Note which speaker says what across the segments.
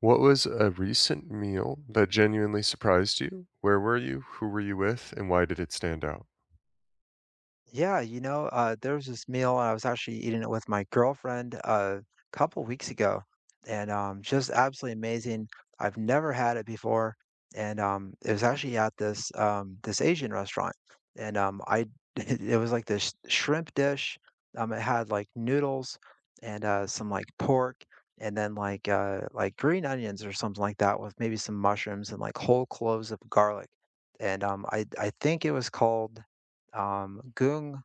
Speaker 1: What was a recent meal that genuinely surprised you? Where were you? Who were you with? And why did it stand out?
Speaker 2: Yeah, there was this meal I was actually eating it with my girlfriend a couple weeks ago, and just absolutely amazing. I've never had it before, and it was actually at this this Asian restaurant, and I it was like this shrimp dish. It had like noodles and some like pork, and then like green onions or something like that with maybe some mushrooms and like whole cloves of garlic, and I think it was called goong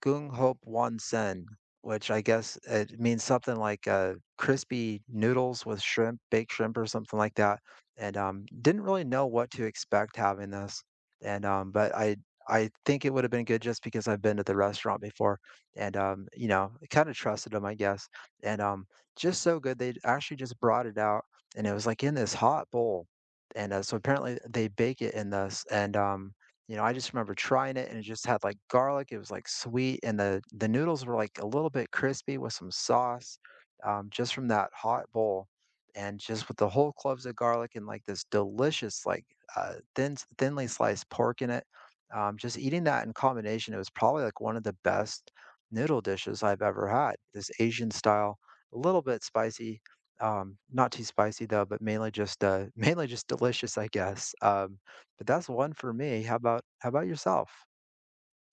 Speaker 2: Gung Hop Wonsen, which I guess it means something like, crispy noodles with shrimp, baked shrimp or something like that, and, didn't really know what to expect having this, and, but I think it would've been good just because I've been to the restaurant before and, you know, kinda trusted them, I guess, and, um, just so good, they actually just brought it out, and it was, like, in this hot bowl, and, so apparently they bake it in this, and you know, I just remember trying it, and it just had, like, garlic, it was, like, sweet, and the noodles were, like, a little bit crispy with some sauce, just from that hot bowl, and just with the whole cloves of garlic and, like, this delicious, like, thinly sliced pork in it. Just eating that in combination, it was probably, like, one of the best noodle dishes I've ever had, this Asian style, a little bit spicy, not too spicy, though, but mainly just, mainly just delicious, I guess, but that's one for me. How about yourself?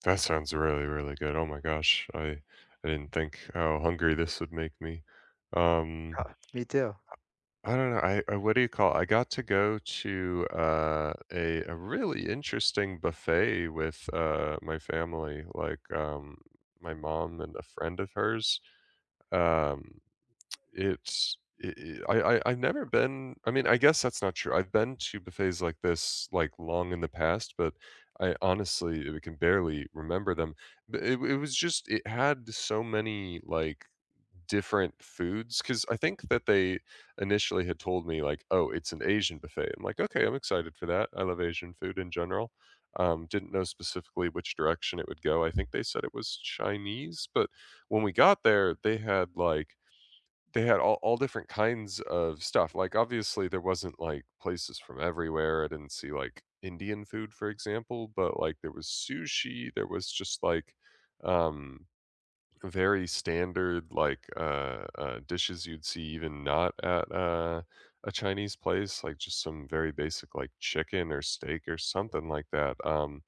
Speaker 1: That sounds really, really good. Oh my gosh. I didn't think how hungry this would make me. Um
Speaker 2: Me too.
Speaker 1: I don't know, I what do you call I got to go to, a really interesting buffet with, my family, like, my mom and a friend of hers. Um, it's I I have never been. I mean, I guess that's not true. I've been to buffets like this, like, long in the past, but I honestly, can barely remember them. But it was just it had so many, like, different foods because I think that they initially had told me, like, "Oh, it's an Asian buffet." I'm like, "Okay, I'm excited for that." I love Asian food in general. Didn't know specifically which direction it would go. I think they said it was Chinese, but when we got there, they had all different kinds of stuff. Like, obviously, there wasn't, like, places from everywhere. I didn't see, like, Indian food, for example, but, like, there was sushi, there was just, like, um very standard, like, dishes you'd see even not at, a Chinese place, like, just some very basic, like, chicken or steak or something like that,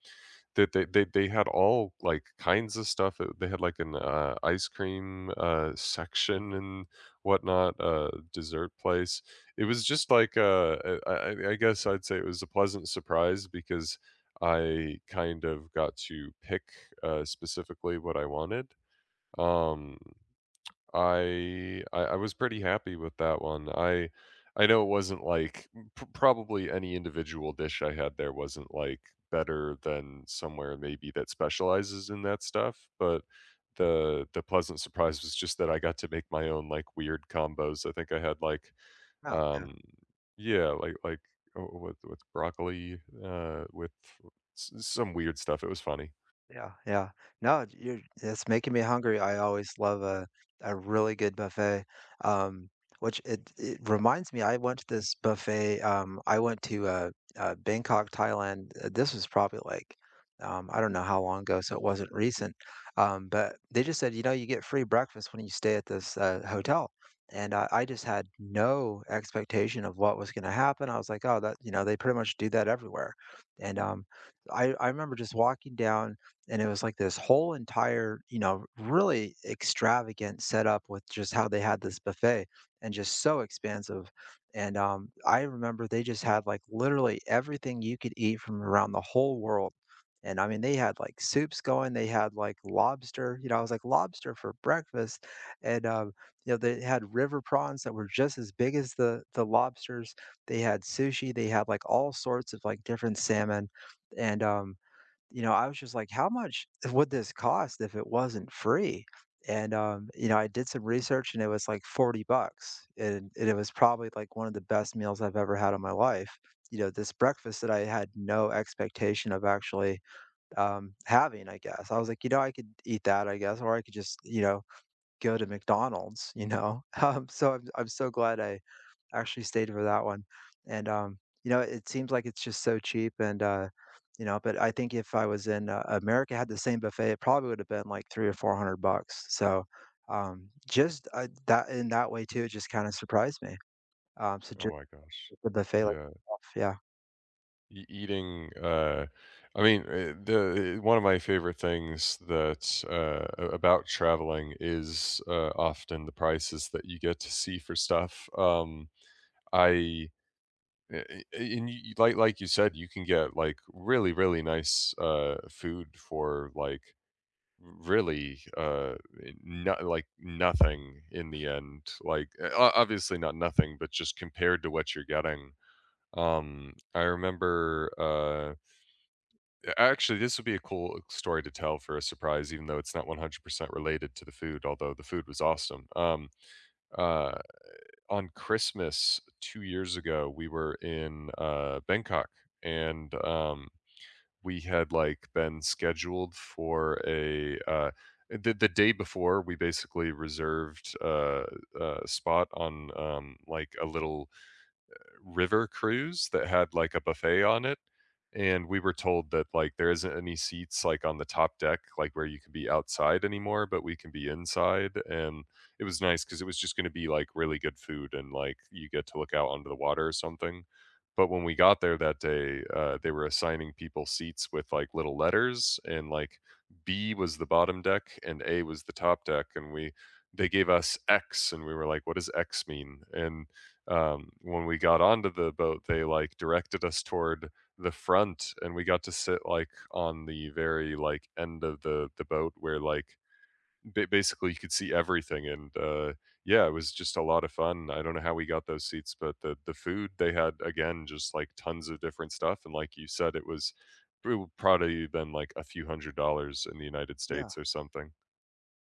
Speaker 1: that they had all, like, kinds of stuff. Uh, they had, like, an, ice cream, section and whatnot, dessert place. It was just like, uh, I guess I'd say it was a pleasant surprise because I kind of got to pick, specifically what I wanted, um, I was pretty happy with that one. I know it wasn't like p probably any individual dish I had there wasn't, like, better than somewhere maybe that specializes in that stuff, but the pleasant surprise was just that I got to make my own, like, weird combos. I think I had, like,
Speaker 2: Yeah.
Speaker 1: um yeah, like, with broccoli, with s some weird stuff. It was funny.
Speaker 2: Yeah, yeah. No, you're it's making me hungry. I always love a really good buffet. Um, which it reminds me, I went to this buffet. I went to uh, Bangkok, Thailand. This was probably like I don't know how long ago, so it wasn't recent. But they just said, you know, you get free breakfast when you stay at this hotel. And I just had no expectation of what was going to happen. I was like, oh, that, you know, they pretty much do that everywhere. And I remember just walking down and it was like this whole entire, you know, really extravagant setup with just how they had this buffet and just so expansive. And I remember they just had like literally everything you could eat from around the whole world. And I mean, they had like soups going. They had like lobster. You know, I was like lobster for breakfast, and you know they had river prawns that were just as big as the lobsters. They had sushi. They had like all sorts of like different salmon, and you know, I was just like, "How much would this cost if it wasn't free?" And, you know, I did some research and it was like 40 bucks, and it was probably like one of the best meals I've ever had in my life. You know, this breakfast that I had no expectation of actually, having, I guess. I was like, "You know, I could eat that, I guess, or I could just, you know, go to McDonald's," you know? So I'm so glad I actually stayed for that one. And, um, you know, it seems like it's just so cheap and, you know, but I think if I was in America, had the same buffet, it probably would have been like three or 400 bucks. So, just that in that way too, it just kind of surprised me. So
Speaker 1: Oh
Speaker 2: just
Speaker 1: my gosh.
Speaker 2: the buffet like,
Speaker 1: Yeah.
Speaker 2: yeah,
Speaker 1: E Eating, I mean, one of my favorite things that a about traveling is, often the prices that you get to see for stuff, I eh eh eh, and you like you said, you can get, like, really, really nice, food for, like, really, nothing in the end, like, eh, o obviously not nothing, but just compared to what you're getting, I remember, actually, this would be a cool story to tell for a surprise, even though it's not 100% related to the food, although the food was awesome. Uh, on Christmas 2 years ago, we were in, Bangkok and, we had, like, been scheduled for a, the day before. We basically reserved a spot on, like, a little river cruise that had like a buffet on it, and we were told that like there isn't any seats like on the top deck, like where you can be outside anymore, but we can be inside. And it was nice because it was just going to be like really good food and like you get to look out onto the water or something. But when we got there that day, they were assigning people seats with like little letters, and like B was the bottom deck and A was the top deck, and we they gave us X, and we were like, "What does X mean?" And when we got onto the boat, they like directed us toward the front, and we got to sit like on the very like end of the boat where like basically you could see everything. And yeah, it was just a lot of fun. I don't know how we got those seats, but the food they had again just like tons of different stuff, and like you said, it would probably been like a few a few hundred dollars in the United
Speaker 2: yeah.
Speaker 1: States or something.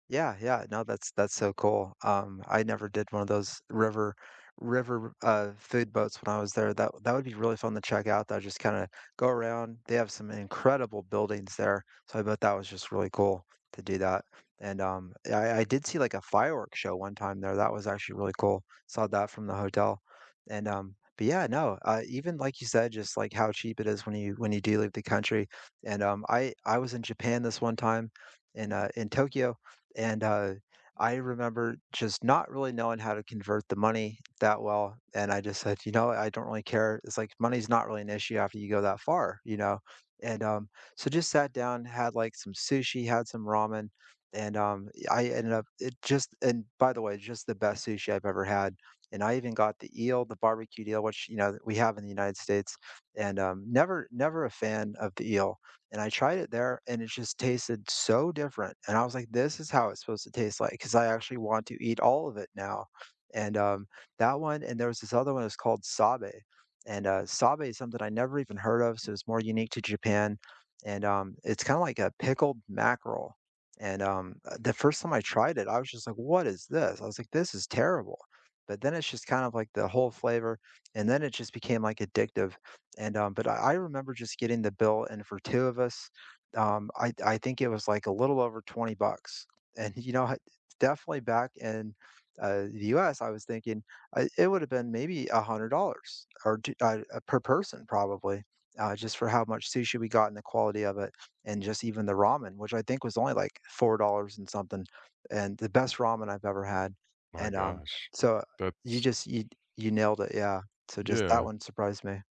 Speaker 2: Yeah, yeah. No, that's so cool. I never did one of those river food boats when I was there. That that would be really fun to check out, though, just kind of go around. They have some incredible buildings there. So I bet that was just really cool to do that. And I did see like a fireworks show one time there. That was actually really cool. Saw that from the hotel. And but yeah, no, even like you said, just like how cheap it is when you do leave the country. And I was in Japan this one time in Tokyo and I remember just not really knowing how to convert the money that well. And I just said, you know, I don't really care. It's like money's not really an issue after you go that far, you know? And so just sat down, had like some sushi, had some ramen. And I ended up, it just, and by the way, just the best sushi I've ever had. And I even got the eel, the barbecue eel, which, you know, we have in the United States. And never a fan of the eel. And I tried it there, and it just tasted so different, and I was like, "This is how it's supposed to taste like." Because I actually want to eat all of it now, and, that one and there was this other one, it's called Sabe, and, Sabe is something I never even heard of, so it's more unique to Japan, and, it's kinda like a pickled mackerel, and, the first time I tried it, I was just like, "What is this?" I was like, "This is terrible," but then it's just kind of like the whole flavor, and then it just became, like, addictive. And but I remember just getting the bill, and for two of us, I think it was like a little over 20 bucks. And you know, I- definitely back in the U.S., I was thinking it would have been maybe $100 or per person probably. Just for how much sushi we got and the quality of it, and just even the ramen, which I think was only like $4 and something, and the best ramen I've ever had.
Speaker 1: My
Speaker 2: And
Speaker 1: gosh,
Speaker 2: so you
Speaker 1: that's
Speaker 2: just you you nailed it, yeah. So just that
Speaker 1: yeah.
Speaker 2: one surprised me.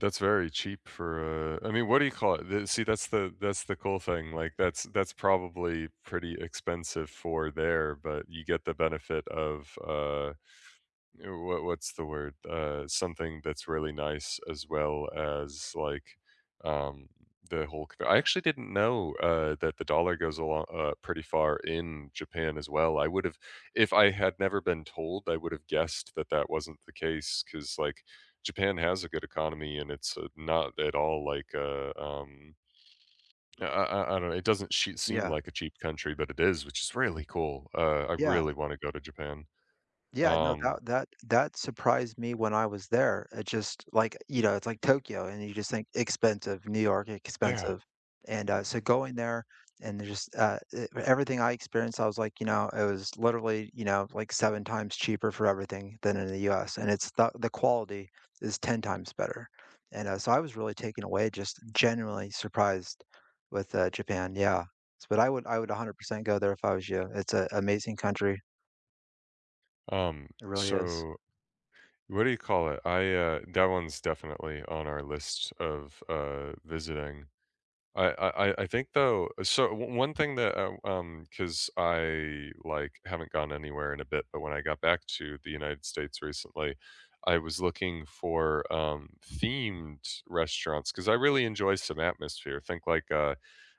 Speaker 1: That's very cheap for, I mean, what do you call it? The see, that's the cool thing, like, that's probably pretty expensive for there, but you get the benefit of, what what's the word? Something that's really nice as well as like, um, the whole I actually didn't know, that the dollar goes along, pretty far in Japan as well. I would've if I had never been told, I would've guessed that that wasn't the case because like, Japan has a good economy and it's, not at all like a, I don't know, it doesn't sh seem
Speaker 2: Yeah.
Speaker 1: like a cheap country, but it is, which is really cool. I
Speaker 2: Yeah,
Speaker 1: really wanna go to Japan.
Speaker 2: yeah, no,
Speaker 1: Um,
Speaker 2: that surprised me when I was there. It just like, you know, it's like Tokyo and you just think expensive, New York
Speaker 1: yeah.
Speaker 2: expensive. And, so going there and there's just, e everything I experienced, I was like, you know, it was literally, you know, like 7 times cheaper for everything than in the US, and it's the quality is 10 times better. And, so I was really taken away, just genuinely surprised with, Japan, yeah. But I would 100% go there if I was you. It's a amazing country.
Speaker 1: Um,
Speaker 2: It really is.
Speaker 1: so what do you call it? I That one's definitely on our list of visiting. I think though so one thing that cuz I like haven't gone anywhere in a bit, but when I got back to the United States recently, I was looking for themed restaurants cuz I really enjoy some atmosphere. Think like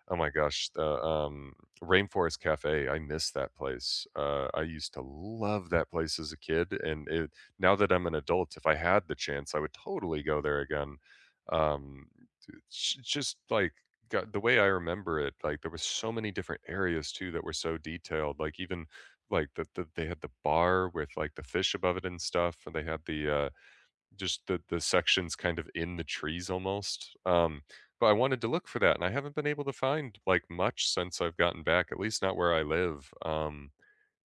Speaker 1: oh my gosh, the, Rainforest Cafe, I miss that place. I used to love that place as a kid, and it now that I'm an adult, if I had the chance, I would totally go there again. Um, it's just like got the way I remember it, like there was so many different areas too that were so detailed. Like even like they had the bar with like the fish above it and stuff, and they had the just the sections kind of in the trees almost, but I wanted to look for that, and I haven't been able to find, like, much since I've gotten back, at least not where I live,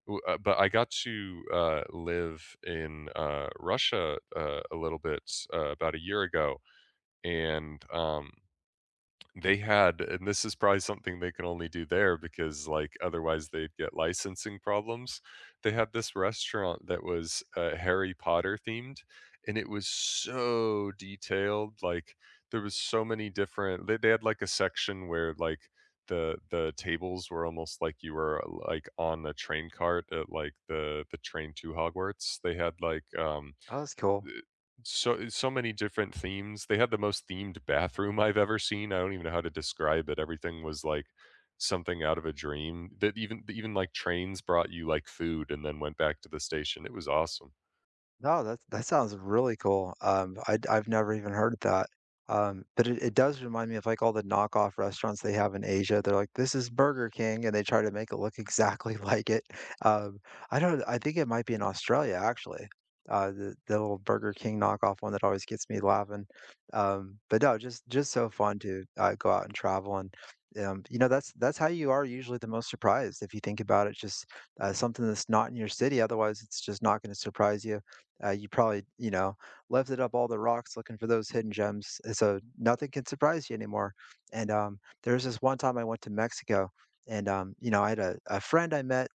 Speaker 1: w but I got to, live in, Russia, a little bit, about a year ago, and, they had and this is probably something they can only do there because, like, otherwise they'd get licensing problems. They had this restaurant that was, Harry Potter themed, and it was so detailed, like, there was so many different they had, like, a section where, like, the tables were almost like you were, like, on a train cart at, like, the train to Hogwarts. They had, like,
Speaker 2: Oh, that's cool.
Speaker 1: eh, so many different themes. They had the most themed bathroom I've ever seen. I don't even know how to describe it. Everything was like something out of a dream. That even like trains brought you like food and then went back to the station. It was awesome.
Speaker 2: No, that that sounds really cool. I I've never even heard of that. But it does remind me of like all the knockoff restaurants they have in Asia. They're like, this is Burger King, and they try to make it look exactly like it. Um, I don't. I think it might be in Australia actually. The little Burger King knockoff one that always gets me laughing. But no, just so fun to go out and travel and. You know that's how you are usually the most surprised if you think about it, just something that's not in your city, otherwise it's just not going to surprise you, you probably, you know, lifted up all the rocks looking for those hidden gems, and so nothing can surprise you anymore. And there was this one time I went to Mexico, and you know, I had a friend I met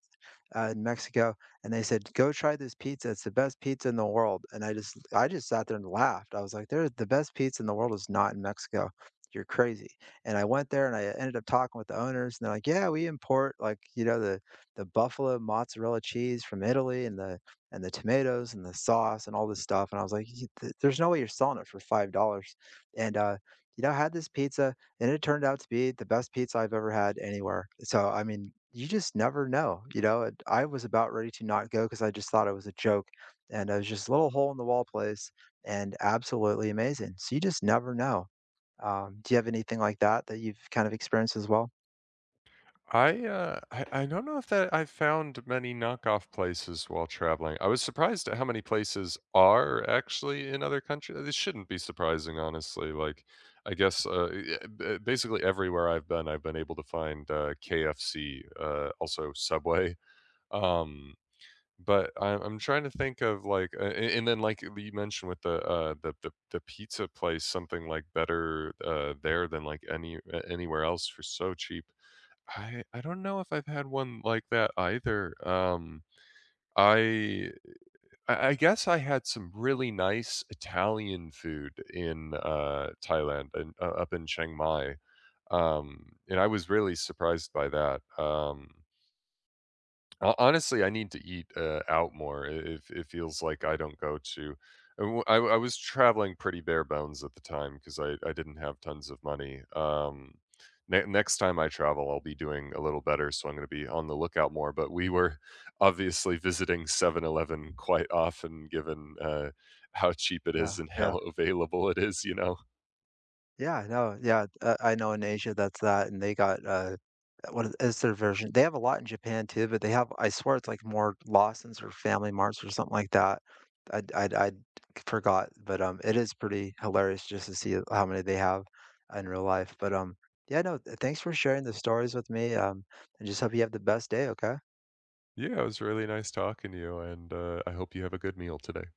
Speaker 2: in Mexico, and they said, "Go try this pizza. It's the best pizza in the world." And I just sat there and laughed. I was like, "There, the best pizza in the world is not in Mexico. You're crazy." And I went there and I ended up talking with the owners, and they're like, "Yeah, we import like you know the buffalo mozzarella cheese from Italy and the tomatoes and the sauce and all this stuff." And I was like, "There's no way you're selling it for $5." And you know, I had this pizza and it turned out to be the best pizza I've ever had anywhere. So, I mean, you just never know, you know? And I was about ready to not go because I just thought it was a joke, and it was just a little hole in the wall place and absolutely amazing. So you just never know. Do you have anything like that that you've kind of experienced as well?
Speaker 1: I, I don't know if that I found many knockoff places while traveling. I was surprised at how many places are actually in other countries. This shouldn't be surprising, honestly. Like, I guess basically everywhere I've been able to find KFC, also Subway. Um, but I'm trying to think of like, and then like you mentioned with the the pizza place, something like better there than like anywhere else for so cheap. I don't know if I've had one like that either, I I guess I had some really nice Italian food in, Thailand and, up in Chiang Mai, and I was really surprised by that. Ho Honestly, I need to eat, out more. It feels like I don't go to I was traveling pretty bare bones at the time 'cause I didn't have tons of money. Ne next time I travel, I'll be doing a little better, so I'm gonna be on the lookout more, but we were obviously visiting 7-Eleven quite often given, how cheap it
Speaker 2: Yeah,
Speaker 1: is and
Speaker 2: yeah.
Speaker 1: how available it is, you know?
Speaker 2: Yeah, no, yeah, I know in Asia that's that, and they got, what is it's their version. They have a lot in Japan too, but they have I swear it's like more Lawson's or Family Marts or something like that. i i i but, it is pretty hilarious just to see how many they have in real life, but, yeah, no, thanks for sharing the stories with me, and just hope you have the best day, okay?
Speaker 1: Yeah, it was really nice talking to you, and, I hope you have a good meal today.